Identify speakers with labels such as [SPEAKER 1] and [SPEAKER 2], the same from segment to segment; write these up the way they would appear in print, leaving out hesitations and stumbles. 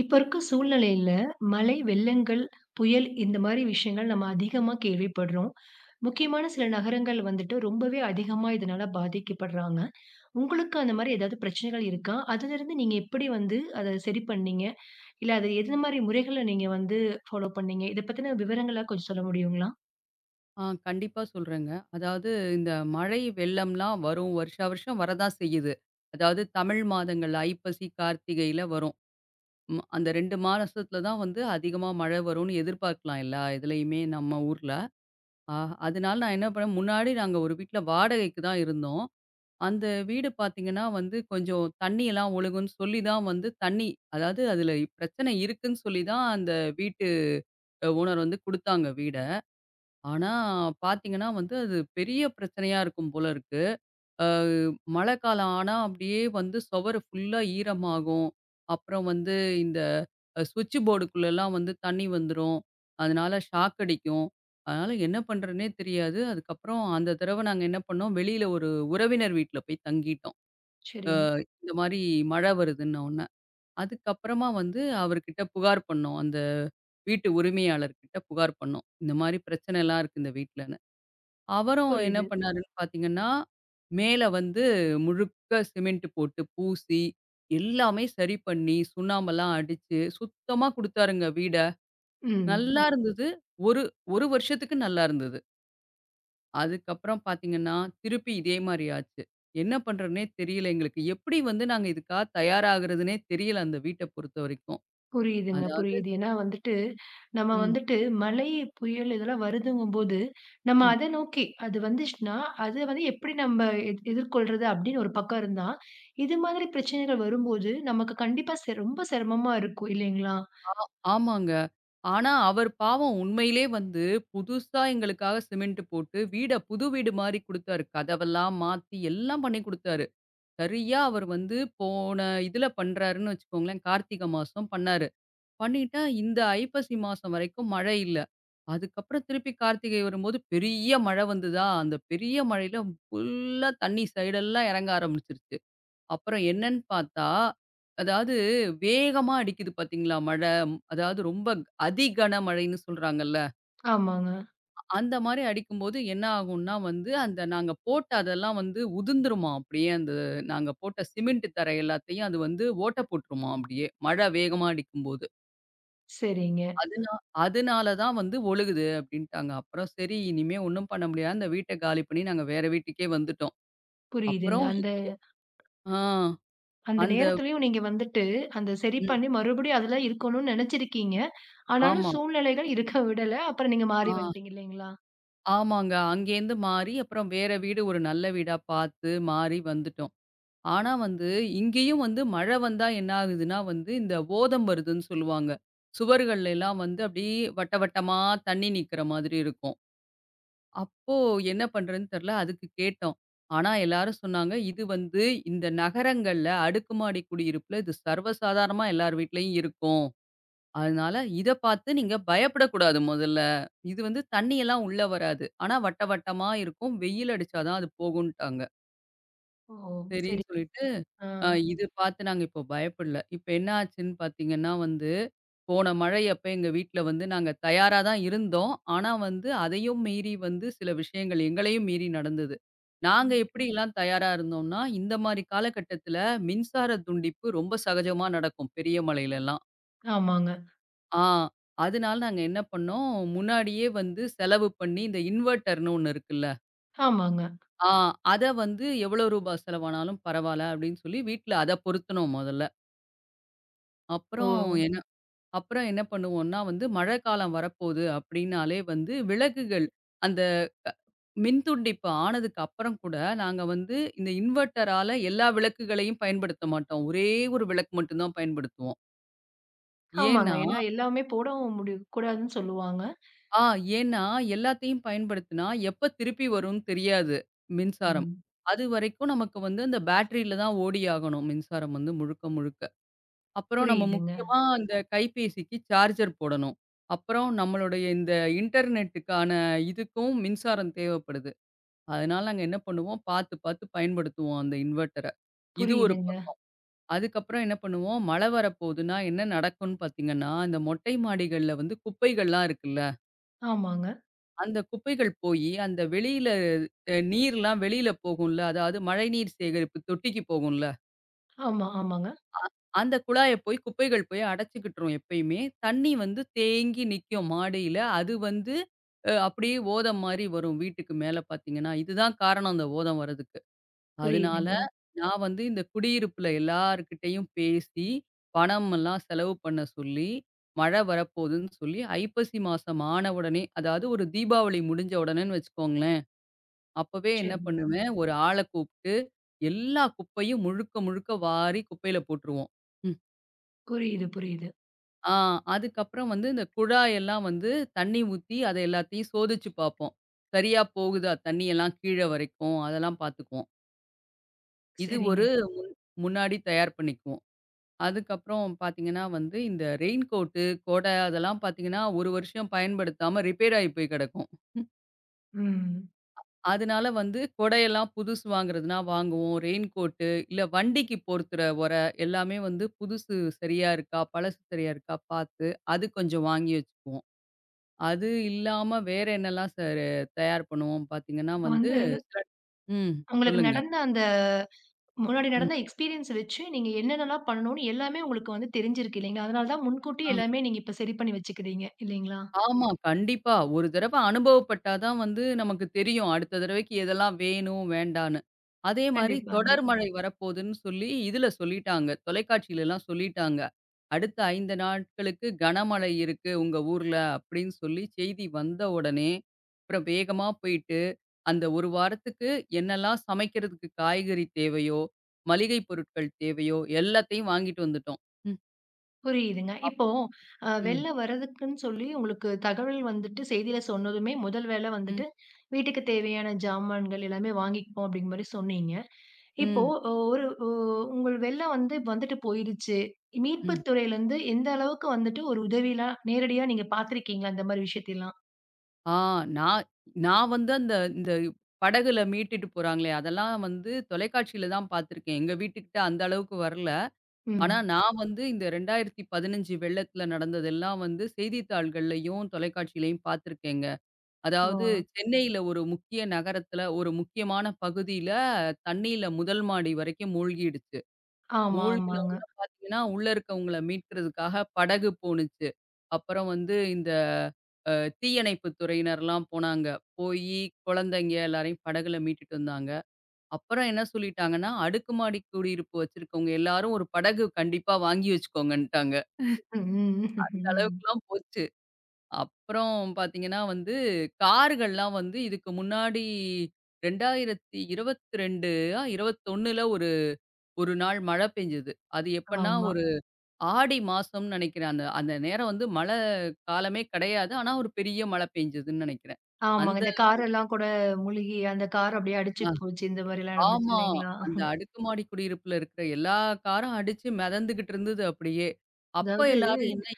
[SPEAKER 1] இப்ப இருக்க சூழ்நிலையில மழை, வெள்ளங்கள், புயல் இந்த மாரி விஷயங்கள் நம்ம அதிகமா கேள்விப்படுறோம். முக்கியமான சில நகரங்கள் வந்துட்டு ரொம்பவே அதிகமா இதனால பாதிக்கப்படுறாங்க. உங்களுக்கு அந்த மாரி ஏதாவது பிரச்சனைகள் இருக்கா? அதிலிருந்து நீங்க எப்படி வந்து அத சரி பண்ணீங்க? இல்ல அது எந்த மாரி முறைகள நீங்க வந்து ஃபாலோ பண்ணீங்க? இத பத்தின விவரங்கள கொஞ்சம் சொல்ல முடியுங்களா?
[SPEAKER 2] கண்டிப்பா சொல்றேங்க. அதாவது இந்த மழை, வெள்ளம்லாம் வரும். வருஷா வருஷம் வரதான் செய்யுது. அதாவது தமிழ் மாதங்கள் ஐப்பசி, கார்த்திகையில வரும். அந்த 2 மாசத்துல தான் வந்து அதிகமா மழை வரும்னு எதிர்பார்க்கலாம் எல்லா இதுலயுமே நம்ம ஊர்ல. ஆ அதனால நான் என்ன பண்ணேன், முன்னாடி நாங்க ஒரு வீட்ல வாடகைக்கு தான் இருந்தோம். அந்த வீடு பார்த்தீங்கன்னா வந்து கொஞ்சம் தண்ணியெல்லாம் ஒழுகும்ன்னு சொல்லி தான் வந்து தண்ணி, அதாவது அதில பிரச்சனை இருக்குன்னு சொல்லி தான் அந்த வீட்டு ஓனர் வந்து குடுத்தாங்க வீட. ஆனா, பார்த்தீங்கன்னா வந்து அது பெரிய பிரச்சனையா இருக்கும் போல இருக்கு. அ மழை காலம் ஆனா அப்படியே வந்து சுவரு ஃபுல்லா ஈரமாகும். அப்புறம் வந்து இந்த ஸ்விட்ச் போர்டுக்குள்ளலாம் வந்து தண்ணி வந்துரும். அதனால ஷாக் அடிக்கும். அதனால என்ன பண்றதுன்னே தெரியாது. அதுக்கப்புறம் அந்த தடவ நாங்க என்ன பண்ணோம், வெளியில ஒரு உறவினர் வீட்ல போய் தங்கிட்டோம். அ
[SPEAKER 1] சரிங்க.
[SPEAKER 2] இந்த மாரி மழை வருதுன்னோன்ன. அதுக்கப்புறமா வந்து அவர்கிட்ட புகார் பண்ணோம். அந்த வீட்டு உரிமையாளர்கிட்ட புகார் பண்ணோம். இந்த மாரி பிரச்சனைலாம் இருக்கு இந்த வீட்ல. அவரும் என்ன
[SPEAKER 1] புரியுது.
[SPEAKER 2] பண்ணாருன்னு பார்த்தீங்கன்னா, மேல வந்து முழுக்க சிமெண்ட் போட்டு பூசி, எல்லாமே சரி பண்ணி, சுண்ணாம்பெல்லாம் அடிச்சு, சுத்தமா குடுத்தாருங்க வீட.
[SPEAKER 1] ம்.
[SPEAKER 2] நல்லா இருந்தது. ஒரு 1 வருஷத்துக்கு நல்லா இருந்தது. அதுக்கப்புறம் பார்த்தீங்கன்னா, திருப்பி இதே மாரி ஆச்சு. என்ன பண்றதுன்னே தெரியல எங்களுக்கு. எப்படி வந்து நாங்க இதுக்கா தயாராகுறதுன்னே தெரியல அந்த வீட்ட பொறுத்தவரைக்கும்.
[SPEAKER 1] புரியுதுங்க,
[SPEAKER 2] அதாவது.
[SPEAKER 1] புரியுது. ஏன்னா வந்துட்டு, நம்ம
[SPEAKER 2] ம். ம்.
[SPEAKER 1] வந்துட்டு மழை, புயல் இதெல்லாம் வருதுங்கும்போது, நம்ம அத நோக்கி அது வந்துச்சுன்னா, அத வந்து எப்படி நம்ம எதிர்கொள்றது அப்படின்னு ஒரு பக்கம் இருந்தா, இது மாதிரி பிரச்சனைகள் வரும்போது, நமக்கு கண்டிப்பா ரொம்ப சிரமமா இருக்கும் இல்லைங்களா?
[SPEAKER 2] ஆமாங்க. ஆனா, அவர் பாவம் உண்மையிலே வந்து புதுசா எங்களுக்காக சிமெண்ட் போட்டு, வீட புது வீடு மாரி குடுத்தாரு. கதவெல்லாம் மாத்தி எல்லாம் பண்ணி குடுத்தாரு. சரியா அவர் வந்து போன இதுல பண்றாருன்னு வச்சுக்கோங்களேன். கார்த்திகை மாசம் பண்ணாரு. பண்ணிட்டா இந்த ஐப்பசி மாசம் வரைக்கும் மழை இல்ல. அதுக்கப்புறம் திருப்பி கார்த்திகை வரும்போது பெரிய மழை வந்துதா, அந்த பெரிய மழையில ஃபுல்லா தண்ணி சைடெல்லாம் இறங்க ஆரம்பிச்சுருச்சு. அப்புறம் என்னன்னு பார்த்தா, அதாவது வேகமா அடிக்குது பார்த்தீங்களா மழை. ம், அதாவது ரொம்ப அதி கனமழைன்னு சொல்றாங்கல்ல.
[SPEAKER 1] ஆமாங்க.
[SPEAKER 2] அந்த மாரி அடிக்கும்போது என்ன ஆகும்னா வந்து, அந்த நாங்க போட்ட அதெல்லாம் வந்து உதிர்ந்துருமாம் அப்படியே அந்த நாங்க போட்ட சிமெண்ட் தரை எல்லாத்தையும் அது வந்து ஓட்டை போட்டுருமாம் அப்படியே. மழை வேகமா அடிக்கும்போது.
[SPEAKER 1] சரிங்க.
[SPEAKER 2] அதுனா அதனால தான் வந்து ஒழுகுது அப்படின்ட்டாங்க. அப்புறம் சரி இனிமே ஒண்ணும் பண்ண முடியாது. அந்த வீட்ட காலி பண்ணி நாங்க வேற வீட்டுக்கே வந்துட்டோம்.
[SPEAKER 1] புரியுதுங்க.
[SPEAKER 2] அப்புறம்
[SPEAKER 1] அந்த
[SPEAKER 2] இங்க. ஆ
[SPEAKER 1] அந்த
[SPEAKER 2] அந்த.
[SPEAKER 1] நேரத்துலயும் நீங்க வந்துட்டு, அந்த சரி
[SPEAKER 2] ம்.
[SPEAKER 1] பண்ணி மறுபடியும் அதுல இருக்கணும்னு நெனச்சிருக்கீங்க. ஆனாலும்
[SPEAKER 2] ஆமா.
[SPEAKER 1] சூழ்நிலைகள் இருக்க விடல. அப்புறம் நீங்க
[SPEAKER 2] ஆ.
[SPEAKER 1] மாறி வந்துட்டீங்க இல்லைங்களா?
[SPEAKER 2] ஆமாங்க. அங்கேருந்து மாறி, அப்புறம் வேற வீடு ஒரு நல்ல வீடா பாத்து, மாறி வந்துட்டோம். ஆனா வந்து, இங்கேயும் வந்து மழை வந்தா என்ன ஆகுதுன்னா வந்து, இந்த ஓதம் வருதுன்னு சொல்லுவாங்க. சுவர்கள்ல எல்லாம் வந்து அப்படியே வட்ட வட்டமா தண்ணி நிக்கிற மாதிரி இருக்கும். அப்போ என்ன பண்றதுன்னு தெரியல. அதுக்கு கேட்டோம். ஆனா எல்லாரும் சொன்னாங்க, "இது வந்து இந்த நகரங்கள்ல அடுக்குமாடி குடியிருப்புல இது சர்வசாதாரணமா எல்லார் வீட்லயும் இருக்கும்." அதனால இத பார்த்து நீங்க பயப்படக்கூடாது முதல்ல. இது வந்து தண்ணியெல்லாம் உள்ள வராது. ஆனா வட்ட வட்டமா இருக்கும். வெயில் அடிச்சா தான் அது போகும்ட்டாங்க.
[SPEAKER 1] ஓ! சரி.
[SPEAKER 2] சரின்னு சொல்லிட்டு
[SPEAKER 1] ஆ.
[SPEAKER 2] இது பார்த்து நாங்க இப்போ பயப்படல. இப்ப என்ன ஆச்சுன்னு பார்த்தீங்கன்னா வந்து, போன மழை அப்ப எங்க வீட்ல வந்து நாங்க தயாரா தான் இருந்தோம். ஆனா வந்து அதையும் மீறி வந்து சில விஷயங்கள் எங்களையும் மீறி நடந்தது. நாங்க
[SPEAKER 1] ம்.
[SPEAKER 2] எப்படிலாம் தயாரா இருந்தோம்னா, இந்த மாரி காலகட்டத்தில மின்சார துண்டிப்பு ரொம்ப சகஜமா நடக்கும் பெரிய மழையிலலாம்.
[SPEAKER 1] ஆமாங்க,
[SPEAKER 2] ஆ. அதனால நாங்க என்ன பண்ணோம், முன்னாடியே வந்து செலவு பண்ணி இந்த இன்வெர்ட்டர்ன்னு ஒண்ணு இருக்குல்ல.
[SPEAKER 1] ஆமாங்க.
[SPEAKER 2] ஆ அத வந்து எவ்வளோ ரூபா செலவானாலும் பரவால்ல அப்டின்னு சொல்லி வீட்ல அத பொருத்துனோம் மொதல்ல.
[SPEAKER 1] ஓ!
[SPEAKER 2] அப்புறம் என்ன அப்புறம் என்ன பண்ணுவோம்னா வந்து மழைக்காலம் வரப்போது அப்டின்னாலே வந்து விளக்குகள் அந்த மின்துண்டிப்பு ஆனதுக்கு அப்புறம் கூட நாங்க வந்து இந்த இன்வெர்ட்டரால எல்லா விளக்குகளையும் பயன்படுத்த மாட்டோம். ஒரே ஒரு விளக்கு மட்டும் தான் பயன்படுத்துவோம்.
[SPEAKER 1] ஆமாங்க.
[SPEAKER 2] ஏன்னா
[SPEAKER 1] ஏன்னா எல்லாமே போடவும் முடி கூடாதுன்னு சொல்லுவாங்க.
[SPEAKER 2] ஆ ஏன்னா, எல்லாத்தையும் பயன்படுத்தினா, எப்ப திருப்பி வரும்னு தெரியாது மின்சாரம்.
[SPEAKER 1] ம்.
[SPEAKER 2] அதுவரைக்கும் நமக்கு வந்து அந்த பேட்டரியில தான் ஓடியாகணும் மின்சாரம் வந்து முழுக்க, முழுக்க. அப்புறம் நம்ம
[SPEAKER 1] புரியுதுங்க,
[SPEAKER 2] முக்கியமா அந்த கைபேசிக்கு சார்ஜர் போடணும். அப்புறம் நம்மளுடைய இந்த இன்டர்நெட்டுக்கான இதுக்கும் மின்சாரம் தேவைப்படுது. அதனால நாங்க என்ன பண்ணுவோம், பார்த்து பார்த்து பயன்படுத்துவோம் அந்த இன்வெர்ட்டர. இது ஒரு
[SPEAKER 1] புரியுதுங்க.
[SPEAKER 2] பக்கம். அதுக்கப்புறம் என்ன பண்ணுவோம், மழை வரப்போகுதுன்னா என்ன நடக்கும்னு பார்த்தீங்கன்னா, இந்த மொட்டை மாடிகள்ல வந்து குப்பைகள்லாம் இருக்குல்ல
[SPEAKER 1] ஆமாங்க.
[SPEAKER 2] அந்த குப்பைகள் போயி, அந்த வெளியில நீர்லாம் வெளியில போகும்ல. அதாவது மழைநீர் சேகரிப்பு தொட்டிக்கு போகும்ல.
[SPEAKER 1] ஆமா, ஆமாங்க.
[SPEAKER 2] அந்த குழாய போய் குப்பைகள் போய் அடைச்சுக்கிட்டுரும் எப்பயுமே. தண்ணி வந்து தேங்கி நிக்கும் மாடியில. அது வந்து அப்படியே ஓதம் மாரி வரும் வீட்டுக்கு மேல பார்த்தீங்கன்னா. இதுதான் காரணம் அந்த ஓதம் வரதுக்கு. அதனால
[SPEAKER 1] புரியுதுங்க.
[SPEAKER 2] நான் வந்து இந்த குடியிருப்புல எல்லார்கிட்டயும் பேசி, பணமெல்லாம் செலவு பண்ண சொல்லி, மழை வரப்போகுதுன்னு சொல்லி, ஐப்பசி மாசம் ஆன உடனே, அதாவது ஒரு தீபாவளி முடிஞ்ச உடனேன்னு வச்சுக்கோங்களேன். அப்பவே என்ன
[SPEAKER 1] சரி.
[SPEAKER 2] பண்ணுவேன், ஒரு ஆள கூப்ட்டு, எல்லா குப்பையும் முழுக்க, முழுக்க வாரி குப்பையில போட்டுருவோம். ம்.
[SPEAKER 1] புரியுது, புரியுது.
[SPEAKER 2] ஆ அதுக்கப்புறம் வந்து இந்த குழாயெல்லாம் வந்து தண்ணி ஊத்தி, அத எல்லாத்தையும் சோதிச்சு பார்ப்போம். சரியா போகுதா தண்ணியெல்லாம் கீழ வரைக்கும், அதெல்லாம் பார்த்துக்குவோம். இது
[SPEAKER 1] சரிங்க.
[SPEAKER 2] ஒரு முன் முன்னாடி தயார் பண்ணிக்குவோம். அதுக்கப்புறம் பார்த்தீங்கன்னா வந்து, இந்த ரெயின் கோட்டு, கொடை அதெல்லாம் பார்த்தீங்கன்னா, ஒரு வருஷம் பயன்படுத்தாம ரிப்பேர் ஆயி போய் கிடக்கும்.
[SPEAKER 1] ம்.
[SPEAKER 2] அதனால வந்து கொடையெல்லாம் புதுசு வாங்குறதுனா வாங்குவோம். ரெயின் கோட்டு, இல்ல வண்டிக்கு போர்த்துற ஒரை எல்லாமே வந்து புதுசு சரியா இருக்கா? பழசு சரியா இருக்கா? பார்த்து அது கொஞ்சம் வாங்கி வச்சுக்குவோம். அது இல்லாம வேற என்னலாம் சார் தயார் பண்ணுவோம் பார்த்தீங்கன்னா
[SPEAKER 1] இப்ப
[SPEAKER 2] வந்து,
[SPEAKER 1] வந்து
[SPEAKER 2] சில. ம்.
[SPEAKER 1] உங்களுக்கு
[SPEAKER 2] சொல்லுங்க.
[SPEAKER 1] நடந்த அந்த முன்னாடி
[SPEAKER 2] ம்.
[SPEAKER 1] நடந்த எக்ஸ்பீரியன்ஸ் வச்சு நீங்க என்னென்னலாம் பண்ணணும்னு எல்லாமே உங்களுக்கு வந்து தெரிஞ்சிருக்கு இல்லைங்களா? அதனால தான் முன்கூட்டியே
[SPEAKER 2] ஆ.
[SPEAKER 1] எல்லாமே நீங்க இப்ப சரி பண்ணி வச்சுக்கிறீங்க இல்லைங்களா?
[SPEAKER 2] ஆமா, கண்டிப்பா. ஒரு தடவ அனுபவப்பட்டா தான் வந்து நமக்கு தெரியும். அடுத்த தடவைக்கு எதெல்லாம் வேணும், வேண்டான்னு. அதே மாரி
[SPEAKER 1] கண்டிப்பாங்க.
[SPEAKER 2] தொடர் மழை வரப்போதுன்னு சொல்லி இதுல சொல்லிட்டாங்க. தொலைக்காட்சியிலலாம் சொல்லிட்டாங்க. "அடுத்த 5 நாட்களுக்கு கனமழை இருக்கு உங்க ஊர்ல" அப்படின்னு சொல்லி செய்தி வந்த உடனே, அப்புறம் வேகமா போயிட்டு, அந்த 1 வாரத்துக்கு என்னெல்லாம் சமைக்கிறதுக்கு காய்கறி தேவையோ, மளிகை பொருட்கள் தேவையோ எல்லாத்தையும் வாங்கிட்டு வந்துட்டோம். ம்.
[SPEAKER 1] புரியுதுங்க. இப்போ
[SPEAKER 2] ம்.
[SPEAKER 1] வெள்ல வர்றதுக்குன்னு சொல்லி உங்களுக்கு தகவல் வந்துட்டு செய்தியில சொன்னதுமே, முதல் வேல வந்துட்டு
[SPEAKER 2] ம்.
[SPEAKER 1] வீட்டுக்கு தேவையான ஜாமான்கள் எல்லாமே வாங்கிப்போம் அப்படிங்கிற மாரி சொன்னீங்க. இப்போ
[SPEAKER 2] ம்.
[SPEAKER 1] ஒரு ஒ உங்கள் வெள்ளம் வந்து வந்துட்டு போயிருச்சு.
[SPEAKER 2] ம்.
[SPEAKER 1] மீட்புத் துறையிலருந்து எந்த அளவுக்கு வந்துட்டு ஒரு உதவிலாம் நேரடியா நீங்க பார்த்திருக்கீங்களா? இந்த மாரி விஷயத்தையெல்லாம்?
[SPEAKER 2] ஆ நான் நான் வந்து அந்த இந்த படகுல மீட்டுட்டு போறாங்களே, அதெல்லாம் வந்து தொலைக்காட்சியில தான் பார்த்துருக்கேன். எங்க வீட்டுக்கிட்ட அந்த அளவுக்கு வரல. ஆனா
[SPEAKER 1] ம்.
[SPEAKER 2] நான் வந்து இந்த 2015 வெள்ளத்தில நடந்ததெல்லாம் வந்து செய்தித்தாள்கள்லயும், தொலைக்காட்சியிலயும் பார்த்துருக்கேங்க.
[SPEAKER 1] ஓ.
[SPEAKER 2] அதாவது சென்னையில ஒரு முக்கிய நகரத்தில, ஒரு முக்கியமான பகுதியில தண்ணீல முதல் மாடி வரைக்கும் மூழ்கிடுச்சு.
[SPEAKER 1] ஆமா,
[SPEAKER 2] மூழ்கின
[SPEAKER 1] ஆமாங்க.
[SPEAKER 2] உடனே பார்த்தீங்கன்னா, உள்ள இருக்கவங்கள மீட்கிறதுக்காக படகு போணுச்சு. அப்புறம் வந்து இந்த அ தீயணைப்பு துறையினர்லாம் போனாங்க. போயி குழந்தைங்க எல்லாரையும் படகுல மீட்டுட்டு வந்தாங்க. அப்புறம் என்ன சொல்லிட்டாங்கன்னா, அடுக்குமாடி குடியிருப்பு வச்சிருக்கவங்க எல்லாரும் ஒரு படகு கண்டிப்பா வாங்கி வச்சுக்கோங்கன்ட்டாங்க.
[SPEAKER 1] ம், ம், ம்.
[SPEAKER 2] அந்த
[SPEAKER 1] ம்.
[SPEAKER 2] அளவுக்குலாம் போச்சு. அப்புறம் பார்த்தீங்கன்னா வந்து, கார்கள்லாம் வந்து இதுக்கு முன்னாடி 2022ஆ 21ல ஒரு ஒரு நாள் மழை பெஞ்சது. அது எப்பன்னா
[SPEAKER 1] ஆமா.
[SPEAKER 2] ஆடி மாசம்னு நினைக்கிறேன். அந்த அந்த நேரம் வந்து மழை காலமே கிடையாது. ஆனா, ஒரு பெரிய மழை பெஞ்சதுன்னு நினைக்கிறேன்.
[SPEAKER 1] ஆமாங்க.
[SPEAKER 2] அந்த
[SPEAKER 1] இந்த காரெல்லாம் கூட முழுகி அந்த கார் அப்படியே அடிச்சு
[SPEAKER 2] அ
[SPEAKER 1] போச்சு. இந்த மாரிலாம் நடந்துச்சு
[SPEAKER 2] ஆமா.
[SPEAKER 1] இல்லைங்களா?
[SPEAKER 2] அந்த அடுக்குமாடி குடியிருப்புல இருக்கிற எல்லா காரும் அடிச்சு மிதந்துகிட்டு இருந்தது அப்படியே. அப்ப
[SPEAKER 1] அதாவது
[SPEAKER 2] எல்லாரும் என்ன.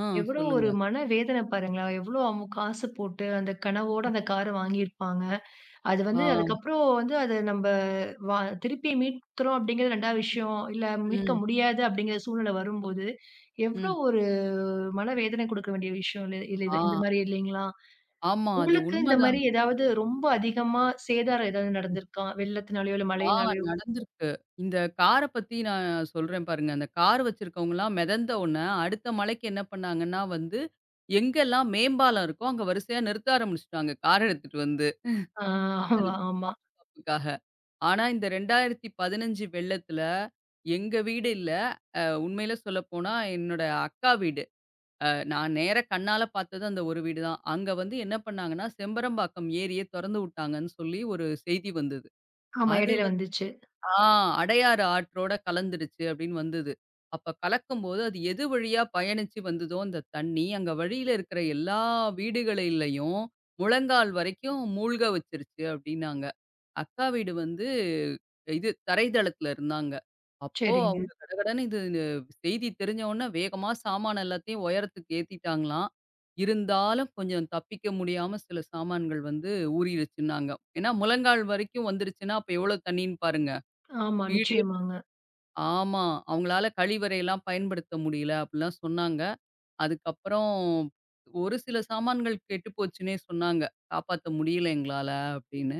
[SPEAKER 2] ஆ
[SPEAKER 1] எவ்வளோ
[SPEAKER 2] சொல்லுங்க.
[SPEAKER 1] ஒரு மனவேதனை பாருங்களேன்! எவ்வளோ அவங்க காசு போட்டு அந்த கனவோட அந்த கார வாங்கியிருப்பாங்க. அது
[SPEAKER 2] ஆ.
[SPEAKER 1] வந்து அதுக்கப்புறம் வந்து அத நம்ப வா திருப்பி மீட்கிறோம் அப்படிங்கிறது 2வது விஷயம். இல்ல மீட்க
[SPEAKER 2] ம்.
[SPEAKER 1] முடியாது அப்படிங்கிற சூழ்நிலை வரும்போது, எவ்வளோ
[SPEAKER 2] ம்.
[SPEAKER 1] ஒரு மனவேதனை குடுக்க வேண்டிய விஷயம் இல்ல இல்ல
[SPEAKER 2] ஆ.
[SPEAKER 1] இது இந்த மாரி இல்லைங்களா?
[SPEAKER 2] ஆமா. அது
[SPEAKER 1] உங்களுக்கு இந்த
[SPEAKER 2] உண்மதான்.
[SPEAKER 1] மாரி ஏதாவது ரொம்ப அதிகமா சேதாரம் ஏதாவது நடந்திருக்கா? வெள்ளத்தினாலயோ, இல்ல
[SPEAKER 2] ஆ
[SPEAKER 1] மழையினாலயோ?
[SPEAKER 2] நடந்திருக்கு. இந்த கார பத்தி நான் சொல்றேன் பாருங்க. அந்த கார் வச்சிருக்கவங்கலாம் மிதந்த உடனே, அடுத்த மலைக்கு என்ன பண்ணாங்கன்னா வந்து, எங்கெல்லாம் மேம்பாலம் இருக்கோ, அங்க வரிசையா நிறுத்த ஆரம்பிச்சுட்டாங்க. கார் எடுத்துட்டு வந்து
[SPEAKER 1] ஆ ஆமா, ஆமா.
[SPEAKER 2] தற்காப்புக்காக. ஆனா இந்த 2015 வெள்ளத்துல எங்க வீடு இல்ல. உண்மையில சொல்லப்போனா என்னோட அக்கா வீடு. நான் நேரா கண்ணால பார்த்தது அந்த ஒரு வீடு தான். அங்க வந்து என்ன பண்ணாங்கன்னா, செம்பரம்பாக்கம் ஏரிய தொறந்து விட்டாங்கன்னு சொல்லி ஒரு செய்தி வந்தது.
[SPEAKER 1] ஆமா.
[SPEAKER 2] அது
[SPEAKER 1] இடையில வந்துச்சு.
[SPEAKER 2] ஆ அடையாறு ஆற்றோட கலந்துருச்சு அப்படின்னு வந்தது. அப்ப கலக்கும்போது அது எது வழியா பயணிச்சு வந்ததோ அந்த தண்ணி, அங்க வழியில இருக்கிற எல்லா வீடுகளிலயும் முழங்கால் வரைக்கும் மூழ்க வச்சிருச்சு அப்படின்னாங்க. அக்கா வீடு வந்து இது தரை தளத்துல இருந்தாங்க. அப்போ
[SPEAKER 1] சரிங்க.
[SPEAKER 2] அவங்க கடகடன்னு இது செய்தி தெரிஞ்ச உடனே வேகமா சாமான் எல்லாத்தையும் உயரத்துக்கு ஏத்திட்டாங்களாம். இருந்தாலும் கொஞ்சம் தப்பிக்க முடியாம சில சாமான்கள் வந்து ஊறிடுச்சுன்னாங்க. ஏன்னா முழங்கால் வரைக்கும் வந்துருச்சுன்னா அப்ப எவ்வளோ தண்ணின்னு பாருங்க.
[SPEAKER 1] ஆமா,
[SPEAKER 2] வீடே.
[SPEAKER 1] நிச்சயமாங்க.
[SPEAKER 2] ஆமா. அவங்களால கழிவறையெல்லாம் பயன்படுத்த முடியல அப்படிலாம் சொன்னாங்க. அதுக்கப்புறம் ஒரு சில சாமான்கள் கெட்டு போச்சுன்னே சொன்னாங்க. காப்பாத்த முடியல எங்களால அப்படின்னு.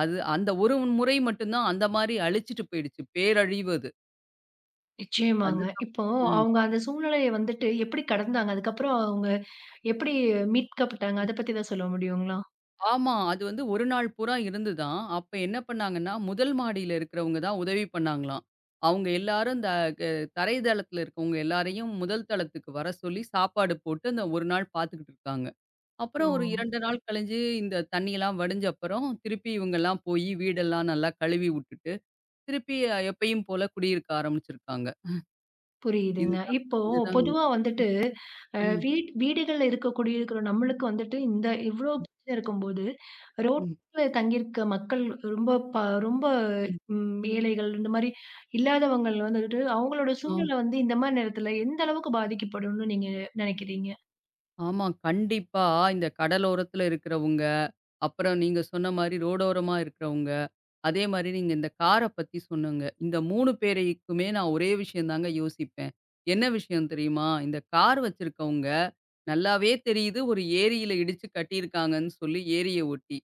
[SPEAKER 2] அது அந்த ஒரு முறை மட்டும் தான் அந்த மாரி அழிச்சிட்டு போயிடுச்சு. பேரழிவு அது.
[SPEAKER 1] நிச்சயமாங்க.
[SPEAKER 2] அதுக்கப்
[SPEAKER 1] இப்போ
[SPEAKER 2] ம்.
[SPEAKER 1] அவங்க அந்த சூழ்நிலைய வந்துட்டு எப்படி கடந்தாங்க? அதுக்கப்புறம் அவங்க எப்படி மீட்கப்பட்டாங்க? அத பத்தி ஏதாவது சொல்ல முடியுங்களா?
[SPEAKER 2] ஆமா. அது வந்து 1 நாள் பூரா இருந்துதாம். அப்ப என்ன பண்ணாங்கன்னா, முதல் மாடியில இருக்கிறவங்க தான் உதவி பண்ணாங்களாம். அவங்க எல்லாரும் இந்த க தரை தளத்தில இருக்கவங்க எல்லாரையும் முதல் தளத்துக்கு வர சொல்லி சாப்பாடு போட்டு அந்த 1 நாள் பார்த்துக்கிட்டு இருக்காங்க. அப்புறம்
[SPEAKER 1] ஓ!
[SPEAKER 2] ஒரு 2 நாள் கழிஞ்சு இந்த தண்ணியெல்லாம் வடிஞ்ச அப்புறம், திருப்பி இவங்கலாம் போயி வீடெல்லாம் நல்லா கழுவி வுட்டுட்டு, திருப்பி எப்பயும் போல குடியிருக்க ஆரம்பிச்சிருக்காங்க.
[SPEAKER 1] புரியுதுங்க.
[SPEAKER 2] இதுதான்
[SPEAKER 1] இப்போ
[SPEAKER 2] இதுதான்
[SPEAKER 1] பொதுவா வந்துட்டு அ
[SPEAKER 2] ம்.
[SPEAKER 1] வீட் வீடுகள்ல இருக்க குடியிருக்கிற நம்மளுக்கு வந்துட்டு இந்த இவ்ளோ
[SPEAKER 2] ம்.
[SPEAKER 1] பிரச்சனை இருக்கும்போது,
[SPEAKER 2] ம்.
[SPEAKER 1] ரோட்ல தங்கியிருக்க மக்கள் ரொம்ப ப ரொம்ப ஏழைகள் இந்த மாரி இல்லாதவங்கள் வந்துட்டு அவங்களோட
[SPEAKER 2] ம்.
[SPEAKER 1] சூழ்நிலை வந்து இந்த மாரி நேரத்துல எந்த அளவுக்கு பாதிக்கப்படும்னு நீங்க நெனைக்கிறீங்க?
[SPEAKER 2] ஆமா. கண்டிப்பா. இந்த கடலோரத்துல இருக்கிறவங்க, அப்புறம் நீங்க சொன்ன மாரி ரோடோரமா இருக்கிறவங்க, அதே மாரி நீங்க இந்த கார பத்தி சொன்னீங்க. இந்த 3 பேரைக்குமே நான் ஒரே விஷயம் தாங்க யோசிப்பேன். என்ன விஷயம் தெரியுமா? இந்த கார் வச்சிருக்கவங்க, நல்லாவே தெரியுது ஒரு ஏரியில இடிச்சு கட்டியிருக்காங்கன்னு சொல்லி ஏரிய ஒட்டி.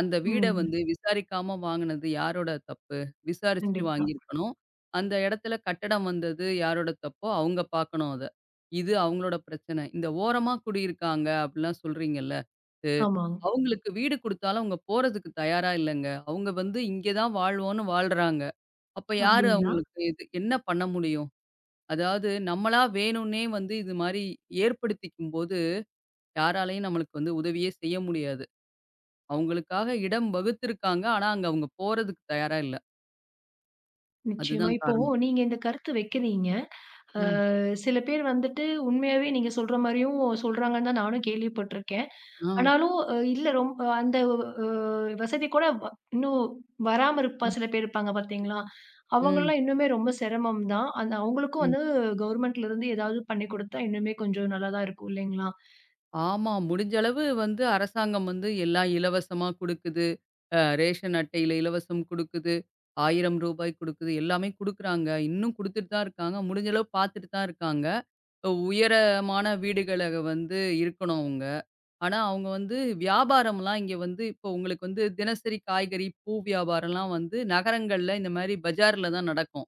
[SPEAKER 2] அந்த வீட
[SPEAKER 1] ம்.
[SPEAKER 2] வந்து விசாரிக்காம வாங்குனது யாரோட தப்பு? விசாரிச்சுட்டு
[SPEAKER 1] கண்டிப்பா.
[SPEAKER 2] வாங்கியிருக்கணும். அந்த இடத்துல கட்டடம் வந்தது யாரோட தப்போ? அவங்க பார்க்கணும் அத. இது அவங்களோட பிரச்சனை. இந்த ஓரமா குடியிருக்காங்க அப்படிலாம் சொல்றீங்கல்ல. இது
[SPEAKER 1] ஆமாங்க.
[SPEAKER 2] அவங்களுக்கு வீடு குடுத்தாலும் அவங்க போறதுக்கு தயாரா இல்லங்க. அவங்க வந்து இங்கே தான் வாழ்வோம்னு வாழ்றாங்க. அப்ப யாரு
[SPEAKER 1] அப்டிங்களா?
[SPEAKER 2] அவங்களுக்கு இது என்ன பண்ண முடியும்? அதாவது நம்மளா வேணும்னே வந்து இது மாரி ஏற்படுத்திக்கும்போது, யாராலயும் நம்மளுக்கு வந்து உதவியே செய்ய முடியாது. அவங்களுக்காக இடம் வகுத்திருக்காங்க. ஆனா, அங்க அவங்க போறதுக்கு தயாரா இல்ல.
[SPEAKER 1] நிச்சயமா.
[SPEAKER 2] அதுதான்
[SPEAKER 1] இப்போ
[SPEAKER 2] காரணம்.
[SPEAKER 1] நீங்க இந்த கருத்து வைக்கிறீங்க. அ
[SPEAKER 2] ம்.
[SPEAKER 1] சில பேர் வந்துட்டு உண்மையாவே நீங்க சொல்ற மாரியும் சொல்றாங்கன்னு தான் நானும் கேள்விப்பட்டுருக்கேன்.
[SPEAKER 2] ஆ.
[SPEAKER 1] ஆனாலும் இல்ல அந்த வசதி கூட இன்னும் வராம இருப்பா
[SPEAKER 2] ம்.
[SPEAKER 1] சில பேர் இருப்பாங்க பார்த்தீங்களா?
[SPEAKER 2] ம்.
[SPEAKER 1] அவங்கலாம் இன்னுமே ரொம்ப சிரமம் தான். அந்த அவங்களுக்கும்
[SPEAKER 2] ம்.
[SPEAKER 1] வந்து கவர்மெண்ட்ல இருந்து ஏதாவது பண்ணி குடுத்தா இன்னுமே கொஞ்சம் நல்லா தான் இருக்கும் இல்லைங்களா?
[SPEAKER 2] ஆமா. முடிஞ்ச அளவு வந்து அரசாங்கம் வந்து எல்லாம் இலவசமா குடுக்குது. ரேஷன் அட்டையில இலவசம் குடுக்குது. ரூ. 1000 குடுக்குது. எல்லாமே குடுக்குறாங்க. இன்னும் குடுத்துட்டு தான் இருக்காங்க. முடிஞ்ச அளவு பார்த்துட்டு தான் இருக்காங்க. உயரமான வீடுகள வந்து இருக்கணும் அவங்க. ஆனா அவங்க வந்து வியாபாரம்லாம் இங்க வந்து இப்போ உங்களுக்கு வந்து தினசரி காய்கறி, பூ வியாபாரம்லாம் வந்து நகரங்கள்ல இந்த மாரி பஜார்ல தான் நடக்கும்.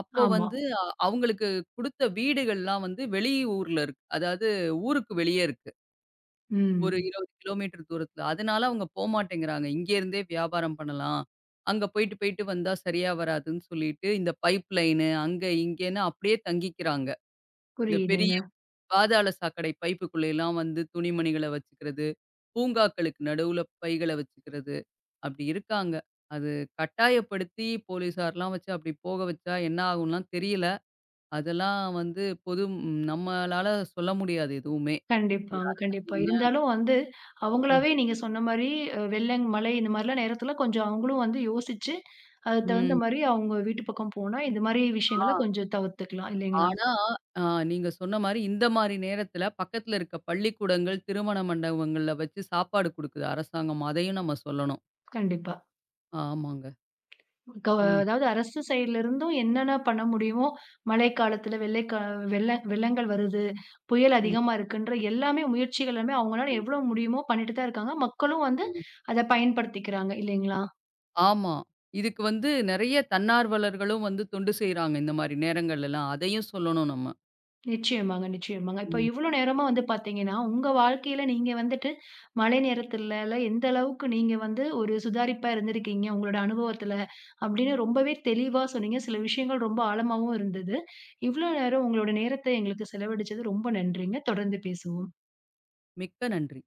[SPEAKER 2] அப்போ
[SPEAKER 1] ஆமா.
[SPEAKER 2] வந்து அ- அவங்களுக்கு குடுத்த வீடுகள்லாம் வந்து வெளியூர்ல இருக்கு. அதாவது ஊருக்கு வெளியே இருக்கு. ஒரு
[SPEAKER 1] ம்.
[SPEAKER 2] 20 கிலோமீட்டர் தூரத்துல. அதனால அவங்க போமாட்டேங்கிறாங்க. இங்கேருந்தே வியாபாரம் பண்ணலாம். அங்க போயிட்டு, போயிட்டு வந்தா சரியா வராதுன்னு சொல்லிட்டு, இந்த பைப் லைனு அங்க இங்கேன்னு அப்படியே தங்கிக்கிறாங்க. இந்த பெரிய
[SPEAKER 1] புரியுதுங்க.
[SPEAKER 2] பாதாள சாக்கடை பைப்புக்குள்ளலாம் வந்து துணிமணிகள வச்சுக்கிறது, பூங்காக்களுக்கு நடுவுல பைகள வச்சுக்கிறது, அப்படி இருக்காங்க. அது கட்டாயப்படுத்தி போலீஸார்லாம் வச்சு அப்படி போக வச்சா என்ன ஆகும்லாம் தெரியல. அதெல்லாம் வந்து பொது நம்மளால சொல்ல முடியாது எதுவுமே.
[SPEAKER 1] கண்டிப்பாங்க, கண்டிப்பா. இருந்தாலும் வந்து
[SPEAKER 2] ம்.
[SPEAKER 1] அவங்களாவே நீங்க சொன்ன மாரி வெள்ளம், மழை இந்த மாரிலாம் நேரத்துல கொஞ்சம் அவங்களும் வந்து யோசிச்சு, அதுக்கு தகுந்த
[SPEAKER 2] ம்.
[SPEAKER 1] மாரி அவங்க வீட்டு பக்கம் போனா, இந்த மாரி
[SPEAKER 2] ஆ.
[SPEAKER 1] விஷயங்கள கொஞ்சம் தவிர்த்துக்கலாம் இல்லைங்களா?
[SPEAKER 2] ஆனா, அ நீங்க சொன்ன மாரி இந்த மாரி நேரத்தில பக்கத்தில இருக்க பள்ளிக்கூடங்கள், திருமண மண்டபங்கள்ல வச்சு சாப்பாடு குடுக்குது அரசாங்கம். அதையும் நம்ம சொல்லணும்.
[SPEAKER 1] கண்டிப்பா.
[SPEAKER 2] ஆமாங்க. ம்.
[SPEAKER 1] அதாவது அரசு சைடுல இருந்தும் என்னென்ன பண்ண முடியுமோ, மழைக்காலத்துல வெள்ளங்கள் வருது, புயல்
[SPEAKER 2] ம்.
[SPEAKER 1] அதிகமா இருக்குன்ற எல்லாமே முயற்சிகள் எல்லாமே அவங்களால எவ்வளோ முடியுமோ பண்ணிட்டு தான் இருக்காங்க. மக்களும் வந்து அத பயன்படுத்திக்கிறாங்க இல்லைங்களா?
[SPEAKER 2] ஆமா. இதுக்கு வந்து நெறைய தன்னார்வலர்களும் வந்து தொண்டு செய்றாங்க இந்த மாரி நேரங்கள்லலாம். அதையும் சொல்லணும் நம்ம.
[SPEAKER 1] நிச்சயமாங்க, நிச்சயமாங்க. இப்ப
[SPEAKER 2] ம்.
[SPEAKER 1] இவ்ளோ நேரமா வந்து பார்த்தீங்கன்னா, உங்க வாழ்க்கையில நீங்க வந்துட்டு மழை நேரத்துலல எந்த அளவுக்கு நீங்க வந்து ஒரு சுதாரிப்பா இருந்திருக்கீங்க, உங்களோட அனுபவத்துல அப்படின்னு ரொம்பவே தெளிவா சொன்னீங்க. சில விஷயங்கள் ரொம்ப ஆழமாவும் இருந்தது. இவ்ளோ நேரம் உங்களோட நேரத்த எங்களுக்கு செலவழிச்சது ரொம்ப நன்றிங்க. தொடர்ந்து பேசுவோம்.
[SPEAKER 2] மிக்க நன்றி.